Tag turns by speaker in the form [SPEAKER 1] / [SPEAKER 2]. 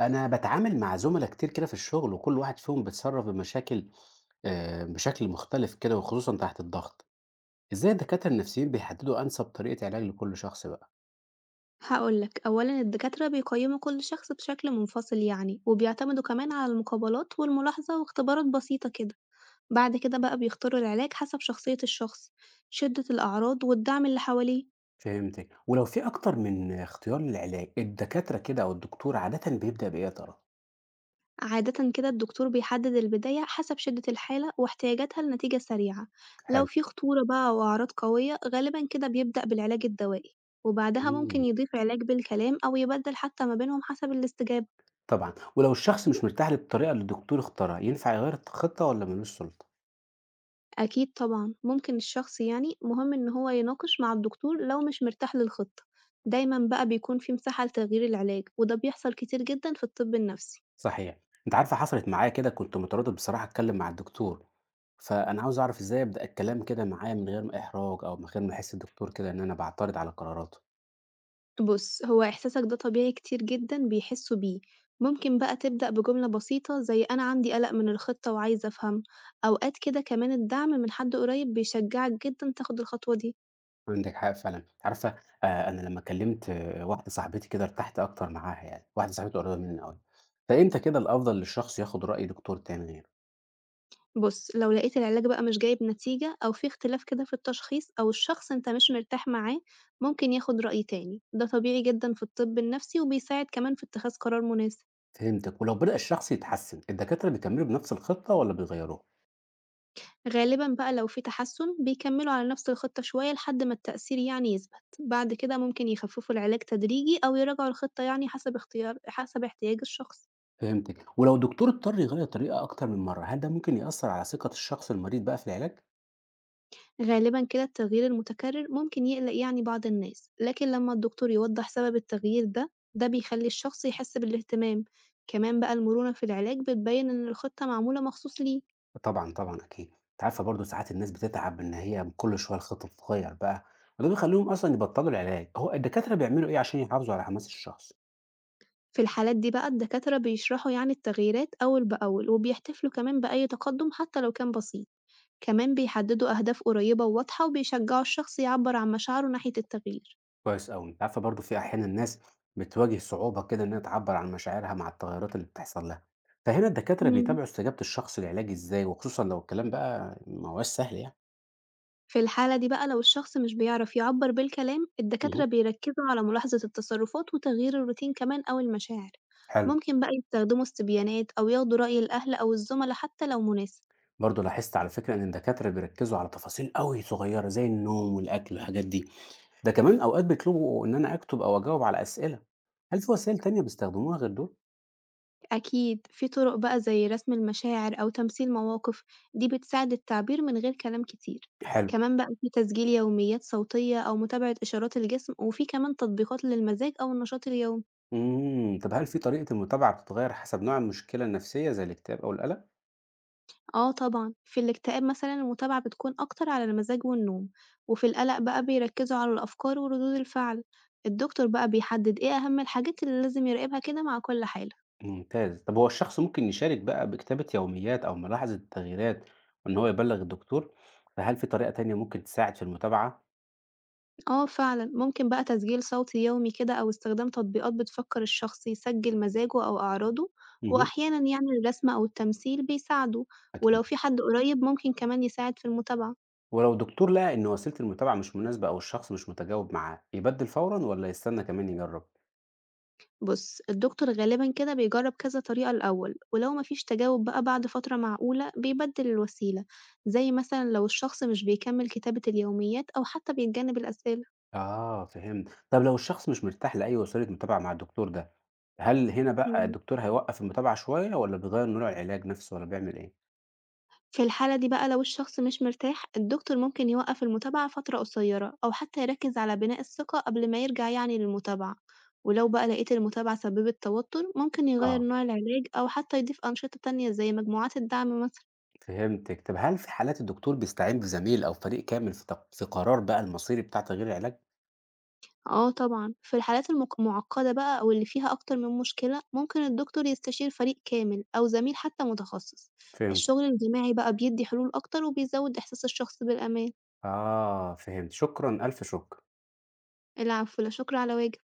[SPEAKER 1] أنا باتعامل مع زُملا كتير كده في الشغل، وكل واحد فيهم بيتصرّف بمشاكل بشكل مختلف كده وخصوصًا تحت الضغط. إزاي الدكاترة النفسيين بيحددوا أنسب طريقة علاج لكل شخص بقى؟
[SPEAKER 2] هاقول لك، أولًا الدكاترة بيقيّموا كل شخص بشكل منفصل يعني، وبيعتمدوا كمان على المقابلات والملاحظة واختبارات بسيطة كده، بعد كده بقى بيختاروا العلاج حسب شخصية الشخص، شدة الأعراض والدعم اللي حواليه،
[SPEAKER 1] فهمتِك. ولو في أكتر من اختيار للعلاج، الدكاترة كده أو الدكتور عادةً بيبدأ بإيه يا ترى؟
[SPEAKER 2] عادةً كده الدكتور بيحدد البداية حسب شدة الحالة واحتياجاتها لنتيجة سريعة، لو
[SPEAKER 1] حلو.
[SPEAKER 2] في خطورة بقى أو أعراض قوية غالبًا كده بيبدأ بالعلاج الدوائي، وبعدها ممكن
[SPEAKER 1] إمم،
[SPEAKER 2] يضيف علاج بالكلام أو يبدل حتى ما بينهم حسب الاستجابة.
[SPEAKER 1] طبعًا. ولو الشخص مش مرتاح للطريقة اللي الدكتور اختارها، ينفع يغيّر الخطة والّا ما لوش سُلطة؟
[SPEAKER 2] أكيد طبعًا، ممكن الشخص يعني مهم إن هو يناقش مع الدكتور لو مش مرتاح للخطة، دايمًا بقى بيكون في مساحة لتغيير العلاج وده بيحصل كتير جدًا في الطب النفسي.
[SPEAKER 1] صحيح. أنتِ عارفة حصلت معايا كده، كنت متردد بصراحة أتكلم مع الدكتور. فأنا عاوز أعرف إزاي أبدأ الكلام كده معاه من غير ما إحراج أو من غير ما أحس الدكتور كده إن أنا بعترض على قراراته.
[SPEAKER 2] بُص، هو إحساسك ده طبيعي كتير جدًا بيحسوا بيه، ممكن بقى تبدأ بجملة بسيطة زي أنا عندي قلق من الخطة وعايز أفهم، أوقات كده كمان الدعم من حد قريب بيشجعك جدًا تاخد الخطوة دي.
[SPEAKER 1] عندِك حق فعلًا، عارفة أنا لمّا كلمت آه، واحدة صاحبتي كده ارتحت أكتر معاها يعني، واحدة صاحبتي قريبة مني أوي. فإمتى كده الأفضل للشخص ياخد رأي دكتور تاني غيره؟
[SPEAKER 2] بُص، لو لقيت العلاج بقى مش جايب نتيجة أو في اختلاف كده في التشخيص أو الشخص أنت مش مرتاح معاه، ممكن ياخد رأي تاني، ده طبيعي جدًا في الطب النفسي وبيساعد كمان في اتخاذ قرار مناسب.
[SPEAKER 1] فهمتِك، ولو بدأ الشخص يتحسن، الدكاترة بيكملوا بنفس الخطة والّا بيغيروها؟
[SPEAKER 2] غالبًا بقى لو في تحسن بيكملوا على نفس الخطة شوية لحد ما التأثير يعني يثبت، بعد كده ممكن يخففوا العلاج تدريجي أو يراجعوا الخطة يعني حسب اختيار حسب احتياج الشخص.
[SPEAKER 1] فهمتِك، ولو الدكتور اضطر يغير طريقة أكتر من مرة، هل ده ممكن يأثر على ثقة الشخص المريض بقى في العلاج؟
[SPEAKER 2] غالبًا كده التغيير المتكرر ممكن يقلق يعني بعض الناس، لكن لما الدكتور يوضح سبب التغيير ده، ده بيخلي الشخص يحس بالاهتمام، كمان بقى المرونة في العلاج بتبين إن الخطة معمولة مخصوص ليه،
[SPEAKER 1] طبعًا، طبعًا أكيد. أنتِ عارفة برضه ساعات الناس بتتعب إن هي كل شوية الخطة بتتغيّر بقى، وده بيخلّيهم أصلًا يبطّلوا العلاج. هو الدكاترة بيعملوا إيه عشان يحافظوا على حماس الشخص؟
[SPEAKER 2] في الحالات دي بقى الدكاترة بيشرحوا يعني التغييرات أول بأول وبيحتفلوا كمان بأي تقدم حتى لو كان بسيط، كمان بيحددوا أهداف قريبة وواضحة وبيشجعوا الشخص يعبر عن مشاعره ناحية التغيير.
[SPEAKER 1] كويس أوي. أنتِ عارفة برضه في أحيانًا ناس بتواجه صعوبة كده إن هي تعبّر عن مشاعرها مع التغيّرات اللي بتحصل لها، فهنا الدكاترة
[SPEAKER 2] إمم.
[SPEAKER 1] بيتابعوا استجابة الشخص للعلاج إزاي، وخصوصًا لو الكلام بقى ما هواش سهل يعني؟
[SPEAKER 2] في الحالة دي بقى لو الشخص مش بيعرف يعبّر بالكلام، الدكاترة
[SPEAKER 1] اهم،
[SPEAKER 2] بيركّزوا على ملاحظة التصرفات وتغيير الروتين كمان أو المشاعر،
[SPEAKER 1] حلو.
[SPEAKER 2] ممكن بقى يستخدموا استبيانات أو ياخدوا رأي الأهل أو الزملا حتى لو مناسب،
[SPEAKER 1] برضه لاحظت على فكرة إن الدكاترة بيركّزوا على تفاصيل أوي صغيّرة زي النوم والأكل والحاجات دي. ده كمان أوقات بيطلبوا إن أنا أكتب أو أجاوب على أسئلة، هل في وسائل تانية بيستخدموها غير دول؟
[SPEAKER 2] أكيد في طرق بقى زي رسم المشاعر أو تمثيل مواقف، دي بتساعد التعبير من غير كلام كتير،
[SPEAKER 1] حلو،
[SPEAKER 2] كمان بقى في تسجيل يوميات صوتية أو متابعة إشارات الجسم، وفي كمان تطبيقات للمزاج أو النشاط اليومي.
[SPEAKER 1] إمم، طب هل في طريقة المتابعة بتتغير حسب نوع المشكلة النفسية زي الاكتئاب أو القلق؟
[SPEAKER 2] آه طبعًا، في الاكتئاب مثلًا المتابعة بتكون أكتر على المزاج والنوم، وفي القلق بقى بيركزوا على الأفكار وردود الفعل، الدكتور بقى بيحدد إيه أهم الحاجات اللي لازم يراقبها كده مع كل حالة.
[SPEAKER 1] ممتاز، طب هو الشخص ممكن يشارك بقى بكتابة يوميات أو ملاحظة التغييرات وإن هو يبلغ الدكتور، فهل في طريقة تانية ممكن تساعد في المتابعة؟
[SPEAKER 2] آه فعلًا، ممكن بقى تسجيل صوتي يومي كده أو استخدام تطبيقات بتفكر الشخص يسجل مزاجه أو أعراضه،
[SPEAKER 1] اهم،
[SPEAKER 2] وأحيانًا يعني الرسم أو التمثيل بيساعدوا، ولو
[SPEAKER 1] أكيد،
[SPEAKER 2] في حد قريب ممكن كمان يساعد في المتابعة.
[SPEAKER 1] ولو الدكتور لقى إن وسيلة المتابعة مش مناسبة أو الشخص مش متجاوب معاه، يبدل فورًا ولا يستنى كمان يجرب؟
[SPEAKER 2] بُص، الدكتور غالبًا كده بيجرّب كذا طريقة الأول، ولو ما فيش تجاوب بقى بعد فترة معقولة بيبدِّل الوسيلة، زي مثلًا لو الشخص مش بيكمّل كتابة اليوميات أو حتى بيتجنّب الأسئلة.
[SPEAKER 1] آه فهمت. طب لو الشخص مش مرتاح لأي وسيلة متابعة مع الدكتور ده، هل هنا بقى
[SPEAKER 2] إمم.
[SPEAKER 1] الدكتور هيوقّف المتابعة شوية والّا بيغيّر نوع العلاج نفسه والّا بيعمل إيه؟
[SPEAKER 2] في الحالة دي بقى لو الشخص مش مرتاح، الدكتور ممكن يوقّف المتابعة فترة قصيّرة أو حتى يركّز على بناء الثقة قبل ما يرجع يعني للمتابعة، ولو بقى لقيت المتابعة سبِّبت توتُّر، ممكن يغيّر
[SPEAKER 1] آه
[SPEAKER 2] نوع العلاج أو حتى يضيف أنشطة تانية زي مجموعات الدعم مثلًا.
[SPEAKER 1] فهمتِك. طب هل في حالات الدكتور بيستعين بزميل أو فريق كامل في في قرار بقى المصيري بتاع تغيير العلاج؟
[SPEAKER 2] آه طبعًا، في الحالات المُعقّدة بقى أو اللي فيها أكتر من مشكلة، ممكن الدكتور يستشير فريق كامل أو زميل حتى متخصص،
[SPEAKER 1] فهمت.
[SPEAKER 2] الشغل الجماعي بقى بيدّي حلول أكتر وبيزوّد إحساس الشخص بالأمان.
[SPEAKER 1] آه فهمت. شكرًا، ألف شكر.
[SPEAKER 2] العفو، لا شكر على واجب.